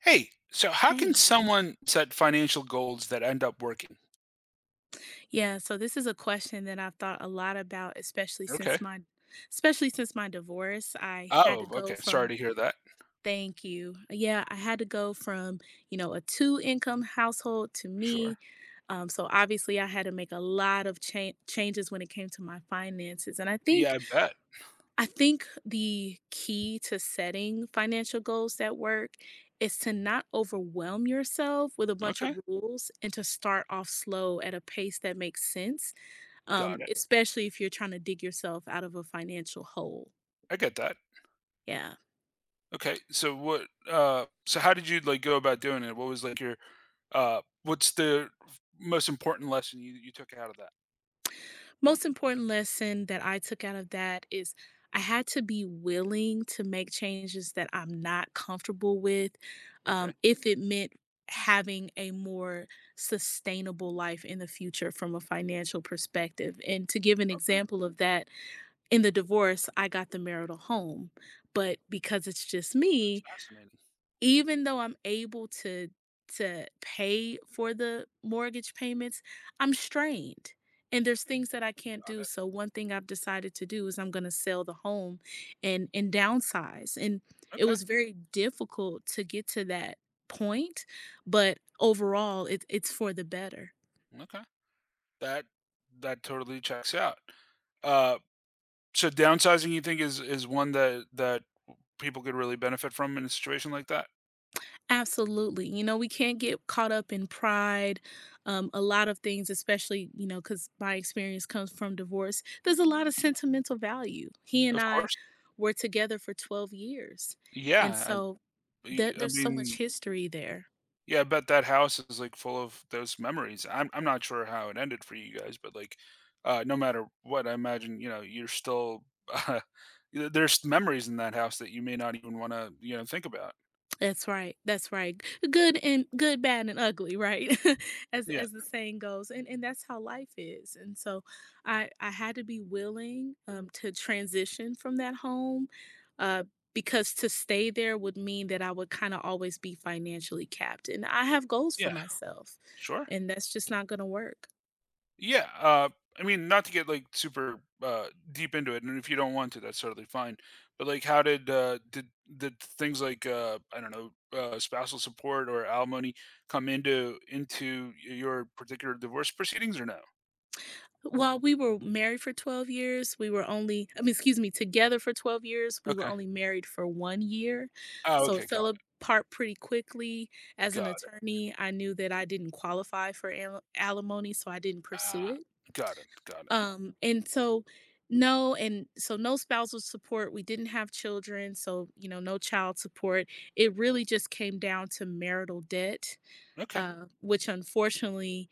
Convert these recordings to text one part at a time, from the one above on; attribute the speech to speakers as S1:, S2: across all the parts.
S1: Hey, so how can
S2: Hey.
S1: someone set financial goals that end up working?
S2: Yeah, so this is a question that I've thought a lot about,
S1: Okay.
S2: especially since my divorce. I had to
S1: Oh,
S2: go
S1: okay. Sorry
S2: from
S1: to hear that.
S2: thank you. Yeah, I had to go from, a two income household to
S1: Sure.
S2: me. So obviously I had to make a lot of changes when it came to my finances. And
S1: Yeah, I bet.
S2: I think the key to setting financial goals that work is to not overwhelm yourself with a bunch of
S1: Okay.
S2: rules and to start off slow at a pace that makes sense,
S1: Got it.
S2: especially if you're trying to dig yourself out of a financial hole.
S1: I get that.
S2: Yeah.
S1: Okay. So what so how did you go about doing it? What's the most important lesson you took out of that?
S2: Most important lesson that I took out of that is I had to be willing to make changes that I'm not comfortable with,
S1: Okay.
S2: if it meant having a more sustainable life in the future from a financial perspective. And to give an
S1: Okay.
S2: example of that, in the divorce, I got the marital home, but because it's just me,
S1: Fascinating.
S2: even though I'm able to pay for the mortgage payments, I'm strained, and there's things that I can't
S1: Got
S2: do,
S1: it.
S2: so one thing I've decided to do is I'm gonna sell the home and downsize, and it
S1: Okay.
S2: was very difficult to get to that point, but overall, it's for the better.
S1: Okay. That that totally checks out. Uh so downsizing, you think, is one that people could really benefit from in a situation like that?
S2: Absolutely. You know, we can't get caught up in pride. A lot of things, especially, you know, because my experience comes from divorce, there's a lot of sentimental value. He and
S1: Of
S2: I
S1: course.
S2: were together for 12 years. And
S1: Yeah, I
S2: so
S1: y
S2: that
S1: I
S2: there's so much
S1: mean,
S2: history there.
S1: Yeah, I bet that house is, like, full of those memories. I'm not sure how it ended for you guys, but, like, no matter what, I imagine, you know, you're still, uh, there's memories in that house that you may not even wanna, you know, think about.
S2: That's right. That's right. Good and good, bad, and ugly, right?
S1: Yeah,
S2: As the saying goes, and that's how life is. And so, I had to be willing to transition from that home, uh, because to stay there would mean that I would kind of always be financially capped, and I have goals for
S1: yeah,
S2: myself,
S1: sure.
S2: and that's just not gonna work.
S1: Yeah, I mean, not to get like super deep into it, and if you don't want to, that's totally fine. But like, how did things like, I don't know, spousal support or alimony come into your particular divorce proceedings, or no?
S2: While we were married for 12 years, we were only I mean, excuse me, together for 12 years, we were
S1: Okay.
S2: only married for 1 year,
S1: Oh,
S2: so it
S1: okay. Got
S2: fell
S1: it.
S2: apart pretty quickly. As an
S1: Got it.
S2: attorney, I knew that I didn't qualify for al alimony, so I didn't pursue
S1: Ah,
S2: it.
S1: got it. Got it.
S2: Um, and so no and so no spousal support, we didn't have children, so, you know, no child support. It really just came down to marital debt,
S1: Okay.
S2: which unfortunately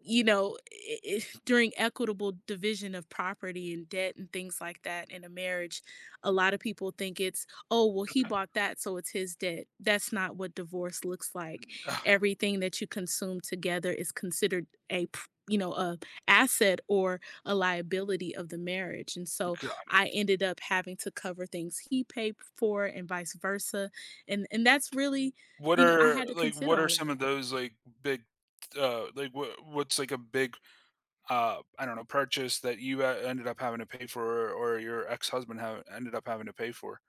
S2: you know, I during equitable division of property and debt and things like that in a marriage, a lot of people think it's, oh, well, he
S1: Okay.
S2: bought that, so it's his debt. That's not what divorce looks like.
S1: Ah,
S2: Everything that you consume together is considered a p- you know a asset or a liability of the marriage and so
S1: God.
S2: I ended up having to cover things he paid for and vice versa and that's really
S1: What
S2: you know I
S1: are
S2: had to
S1: like
S2: consider
S1: what are
S2: all of
S1: some of
S2: that.
S1: those like big like what what's like a big, I don't know, purchase that you ended up having to pay for, or your ex-husband have, ended up having to pay for.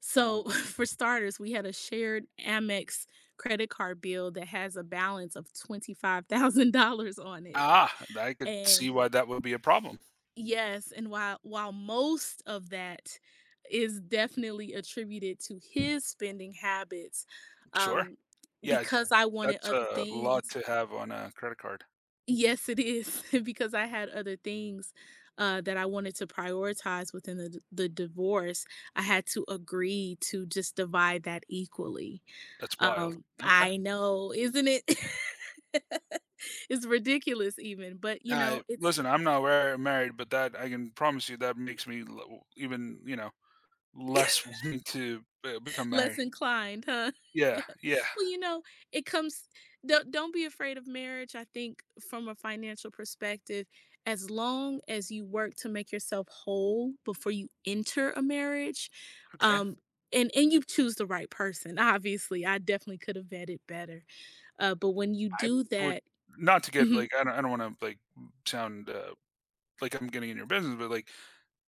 S2: So, for starters, we had a shared Amex credit card bill that has a balance of $25,000 on it.
S1: Ah, I could
S2: And
S1: see why that would be a problem.
S2: yes, and while most of that is definitely attributed to his spending habits,
S1: Sure.
S2: um
S1: Yeah,
S2: because I wanted
S1: that's
S2: other
S1: a lot
S2: things.
S1: to have on a credit card.
S2: Yes, it is, because I had other things that I wanted to prioritize within the divorce. I had to agree to just divide that equally.
S1: That's wild. Okay.
S2: I know, isn't it? It's ridiculous even, but, you know,
S1: I
S2: it's
S1: listen. I'm not where married, but that I can promise you that makes me even, less wanting to, become
S2: less
S1: married.
S2: inclined, huh?
S1: Yeah.
S2: Yeah.
S1: Yeah.
S2: Well, you know, it comes don't be afraid of marriage, I think, from a financial perspective, as long as you work to make yourself whole before you enter a marriage,
S1: Okay.
S2: um, and you choose the right person. Obviously, I definitely could have vetted better, but when you
S1: I
S2: do
S1: would
S2: that
S1: Not to get like I don't want to like sound, like I'm getting in your business, but like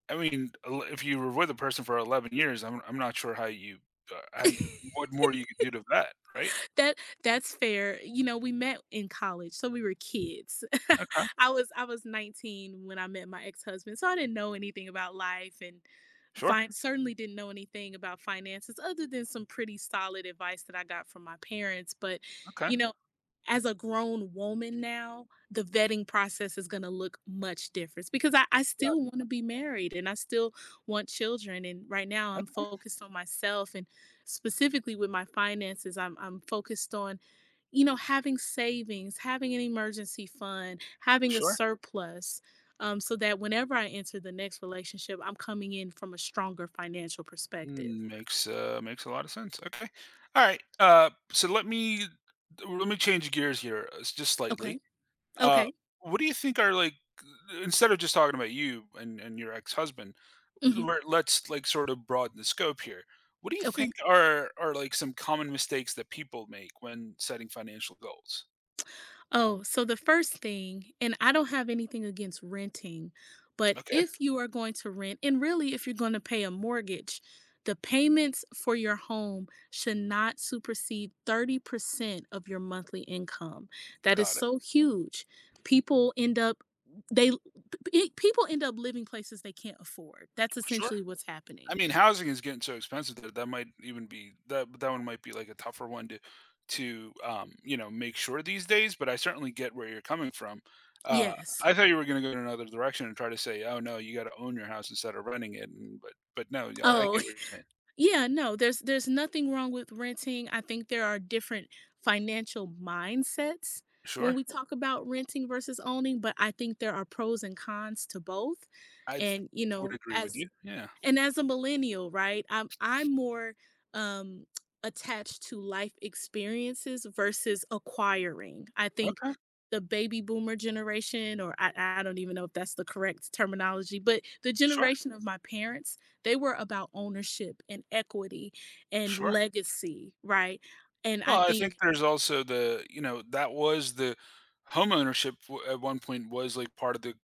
S1: I mean, el if you were with a person for 11 years, I'm not sure how you, what more you could do to that, right?
S2: that that's fair. You know, we met in college, so we were kids.
S1: Okay,
S2: I was 19 when I met my ex-husband, so I didn't know anything about life and
S1: sure,
S2: certainly didn't know anything about finances other than some pretty solid advice that I got from my parents, but
S1: okay,
S2: you know, as a grown woman now, the vetting process is going to look much different because I
S1: got
S2: still want to be married and I still want children. And right now
S1: it,
S2: I'm
S1: okay,
S2: focused on myself and specifically with my finances, I'm focused on, you know, having savings, having an emergency fund, having a
S1: sure.
S2: surplus, so that whenever I enter the next relationship, I'm coming in from a stronger financial perspective.
S1: Mm, makes, makes a lot of sense, okay. Alright, so let me change gears here, just
S2: Okay.
S1: slightly. Uh,
S2: Okay.
S1: what do you think are, like, instead of just talking about you and your ex-husband,
S2: Hmm.
S1: let's, like, sort of broaden the scope here. What do you
S2: Okay.
S1: think are, like, some common mistakes that people make when setting financial goals?
S2: Oh, so the first thing, and I don't have anything against renting, but
S1: Okay,
S2: if you are going to rent, and really if you're going to pay a mortgage, the payments for your home should not supersede 30% of your monthly income. That is
S1: got it.
S2: so huge. People end up they people end up living places they can't afford. That's
S1: Sure.
S2: essentially what's happening.
S1: I mean, housing is getting so expensive that might even be that that one might be like a tougher one to you know, make sure these days. But I certainly get where you're coming from. Uh,
S2: Yes.
S1: I thought you were going to go in another direction and try to say, "Oh no, you got to own your house instead of renting it." And, but no, yeah, I get what
S2: Oh,
S1: you're saying.
S2: yeah, no, there's nothing wrong with renting. I think there are different financial mindsets when
S1: Sure,
S2: we talk about renting versus owning, but I think there are pros and cons to both.
S1: I th-
S2: And, you
S1: would
S2: know,
S1: agree with you. Yeah.
S2: as a millennial, right, I'm more um attached to life experiences versus acquiring. I think
S1: Okay.
S2: the baby boomer generation, or I don't even know if that's the correct terminology, but the
S1: Sure.
S2: generation of my parents, they were about ownership and equity and
S1: Sure.
S2: legacy, right? And I
S1: Well, I think
S2: think
S1: there's also the, you know, that was the homeownership w at one point was, like, part of the,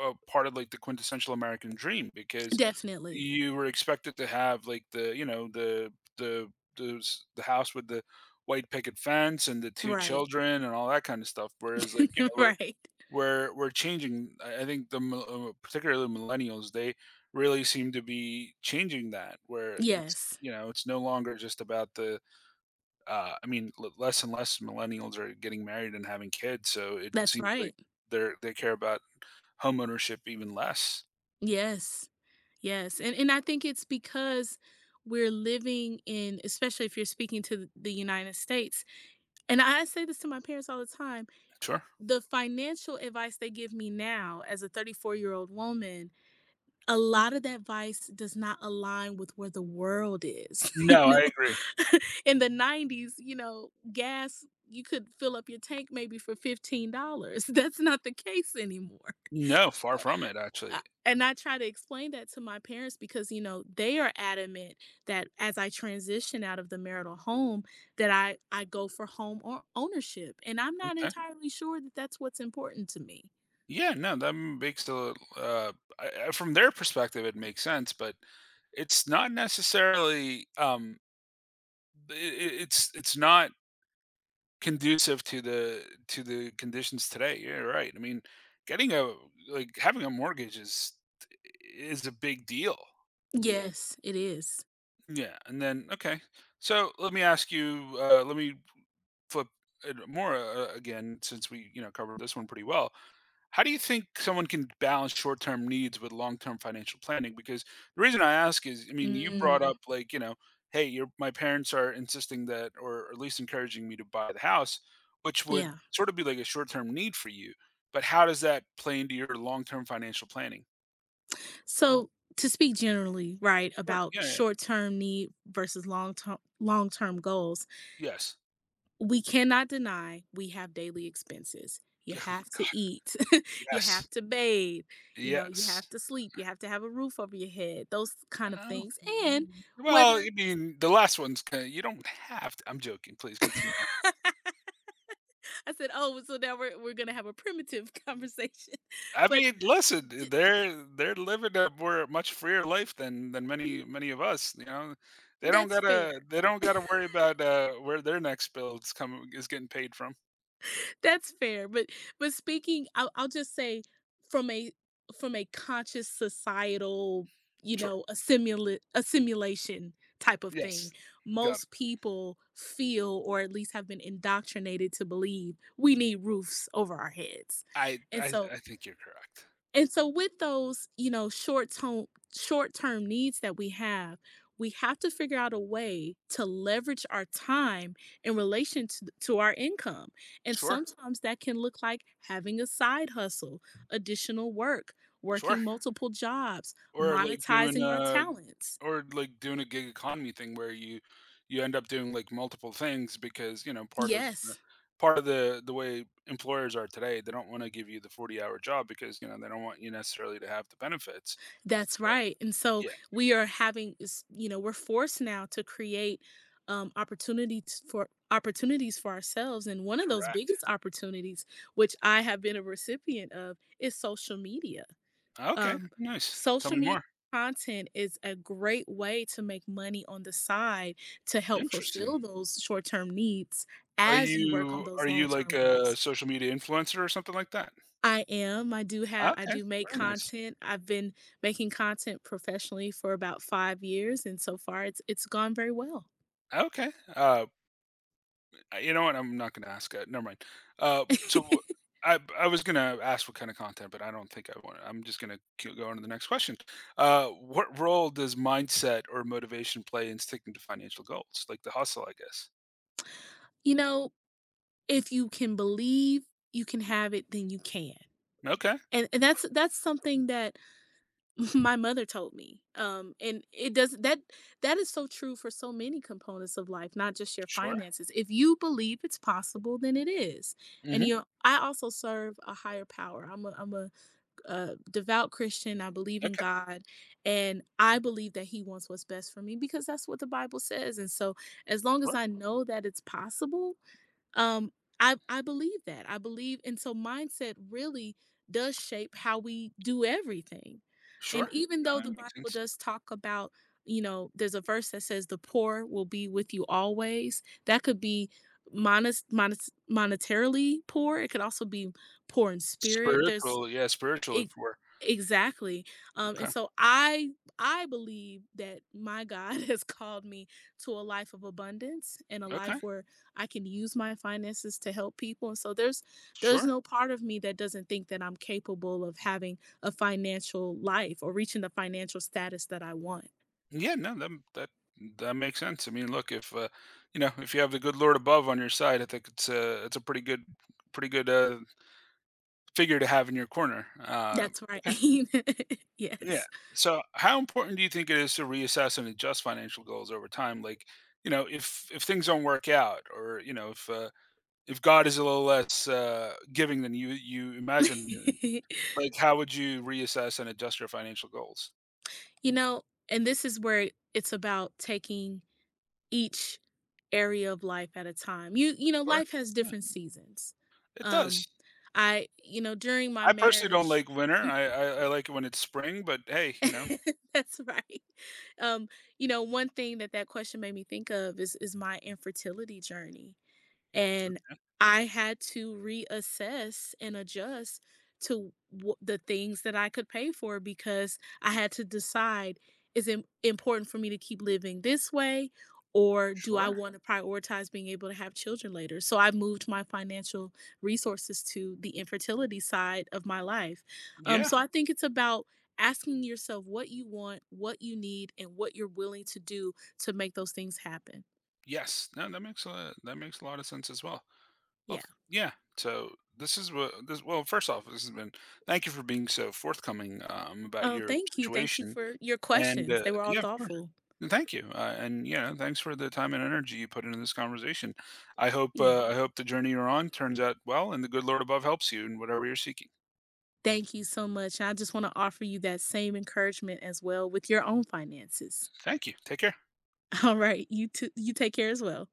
S1: part of, like, the quintessential American dream because
S2: definitely,
S1: you were expected to have, like, the, you know, the house with the white picket fence and the 2
S2: right,
S1: children and all that kinda stuff, whereas, like, you know, we're
S2: right.
S1: we're we're changing, I think the mil particularly millennials, they really seem to be changing that where it's,
S2: Yes,
S1: you know, it's no longer just about the, I mean, less and less millennials are getting married and having kids, so it
S2: that's
S1: seems like
S2: right.
S1: they care about homeownership even less.
S2: Yes. Yes, and I think it's because we're living in especially if you're speaking to the United States. And I say this to my parents all the time.
S1: Sure.
S2: The financial advice they give me now as a 34-year-old woman, a lot of that advice does not align with where the world is, you
S1: No,
S2: know.
S1: I agree.
S2: In the 90s, you know, gas you could fill up your tank maybe for $15. That's not the case anymore.
S1: No, far from it,
S2: Uh,
S1: actually.
S2: and I try to explain that to my parents because, you know, they are adamant that as I transition out of the marital home that I go for home or ownership, and I'm not
S1: Okay.
S2: entirely sure that that's what's important to me.
S1: Yeah, no, that makes a, I- from their perspective, it makes sense, but it's not necessarily i i- it's not conducive to the conditions today. Yeah, you're right. I mean, getting a like having a mortgage is a big deal.
S2: Yes, it is.
S1: Yeah, and then okay. So let me ask you. Let me flip it more, again, since we, you know, covered this one pretty well. How do you think someone can balance short-term needs with long-term financial planning? Because the reason I ask is, I mean, you brought
S2: Mm,
S1: up like, you know, hey, your my parents are insisting that, or at least encouraging me to buy the house, which would
S2: yeah.
S1: sort of be like a short-term need for you. But how does that play into your long-term financial planning?
S2: So to speak generally, right,
S1: Sure.
S2: about
S1: Yeah. Yeah.
S2: short-term need versus long-term goals,
S1: Yes.
S2: we cannot deny we have daily expenses. You have to
S1: God.
S2: eat, you have
S1: Yes.
S2: to bathe, you know, you
S1: Yes.
S2: have to sleep, you have to have a roof over your head, those kind of
S1: Oh,
S2: things. And
S1: mm. Well,
S2: whether
S1: I mean, the last one's kind you don't have to, I'm joking, please continue on.
S2: I said, oh, so now we're going to have a primitive conversation,
S1: I
S2: but
S1: mean, listen,
S2: d-
S1: they're living a more much freer life than many, many of us, you know? They don't
S2: that's
S1: gotta,
S2: fair.
S1: they don't gotta worry about, where their next bill is getting paid from.
S2: That's fair, but speaking I'll just say from a from a conscious societal, you
S1: Sure.
S2: know, assimilation type of thing,
S1: Yes. Got
S2: most
S1: it.
S2: people feel or at least have been indoctrinated to believe we need roofs over our heads,
S1: I
S2: and
S1: I
S2: so
S1: I think you're correct.
S2: and so with those, you know, short-term needs that we have to figure out a way to leverage our time in relation to our income, and
S1: Sure.
S2: sometimes that can look like having a side hustle, additional work,
S1: Sure.
S2: working multiple jobs,
S1: Or like doing
S2: monetizing our
S1: a
S2: talents.
S1: or like doing a gig economy thing where you end up doing like multiple things because, you know,
S2: Yes.
S1: part of the way employers are today, they don't want to give you the 40-hour job because, you know, they don't want you necessarily to have the benefits.
S2: That's
S1: So,
S2: right. And so
S1: yeah,
S2: we are having, you know, we're forced now to create opportunities for ourselves. And one of those
S1: correct.
S2: biggest opportunities, which I have been a recipient of, is social media.
S1: Okay,
S2: Um,
S1: nice. Tell
S2: social
S1: me
S2: media
S1: more.
S2: content is a great way to make money on the side to help
S1: Interesting.
S2: fulfill those short term needs
S1: Are
S2: as you work on
S1: you
S2: those
S1: are you
S2: long
S1: like
S2: term
S1: a
S2: goals.
S1: social media influencer or something like that?
S2: I am. I
S1: Okay,
S2: do make
S1: very nice.
S2: content. I've been making content professionally for about 5 years, and so far it's gone very well.
S1: Okay. You know what? I'm not gonna ask it. Never mind. So I was gonna ask what kind of content, but I don't think I want. I'm just gonna go on to the next question. What role does mindset or motivation play in sticking to financial goals, like the hustle? I guess.
S2: You know, if you can believe you can have it, then you can.
S1: Okay.
S2: And that's something that my mother told me. And it does that that is so true for so many components of life, not just your
S1: Sure.
S2: finances. If you believe it's possible, then it is. And
S1: Hmm.
S2: you know, I also serve a higher power. I'm a devout Christian. I believe in
S1: Okay.
S2: God, and I believe that He wants what's best for me because that's what the Bible says. And so, as long as
S1: Sure.
S2: I know that it's possible, um, I believe that. I believe, and so mindset really does shape how we do everything. And
S1: Sure.
S2: even
S1: No,
S2: though
S1: that
S2: the
S1: makes
S2: Bible
S1: sense.
S2: does talk about, you know, there's a verse that says the poor will be with you always. That could be monetarily poor. It could also be poor in spirit. There's
S1: Spiritual, yeah, spiritual. If
S2: Ex
S1: we're
S2: exactly, um, and
S1: okay,
S2: so I I believe that my God has called me to a life of abundance and a life
S1: okay,
S2: where I can use my finances to help people, and so there's
S1: sure.
S2: no part of me that doesn't think that I'm capable of having a financial life or reaching the financial status that I want.
S1: Yeah, no, that that makes sense. I mean, look, if, you know, if you have the good Lord above on your side, I think it's a, it's a pretty good, pretty good, figure to have in your corner.
S2: That's right.
S1: Okay, yeah.
S2: Yes.
S1: So, how important do you think it is to reassess and adjust financial goals over time? Like, you know, if things don't work out, or you know, if, if God is a little less, giving than you you imagine, you know, like, how would you reassess and adjust your financial goals?
S2: You know, and this is where it's about taking each area of life at a time. You know,
S1: Sure.
S2: life has
S1: Yeah,
S2: different seasons.
S1: it
S2: Um,
S1: does.
S2: I you know, during my
S1: I personally don't
S2: marriage,
S1: like winter. I like it when it's spring, but hey, you know,
S2: that's right. Um, you know, one thing that that question made me think of is my infertility journey. And I had to reassess and adjust to the things that I could pay for because I had to decide is it important for me to keep living this way or do I
S1: sure.
S2: want to prioritize being able to have children later? So I moved my financial resources to the infertility side of my life.
S1: Yeah.
S2: So I think it's about asking yourself what you want, what you need, and what you're willing to do to make those things happen.
S1: Yes. No, that makes a, that makes a lot of sense as well. Well,
S2: Yeah.
S1: yeah. So this is what this well, first off, this has been thank you for being so forthcoming, about
S2: Oh,
S1: your
S2: thank you. Thank you
S1: situation.
S2: for your
S1: And,
S2: questions. They were all
S1: yeah, of course.
S2: thoughtful.
S1: And thank you. And yeah, thanks for the time and energy you put into this conversation. I hope,
S2: Yeah.
S1: I hope the journey you're on turns out well and the good Lord above helps you in whatever you're seeking.
S2: Thank you so much. I just want to offer you that same encouragement as well with your own finances.
S1: Thank you. Take care.
S2: All right. You too. You take care as well.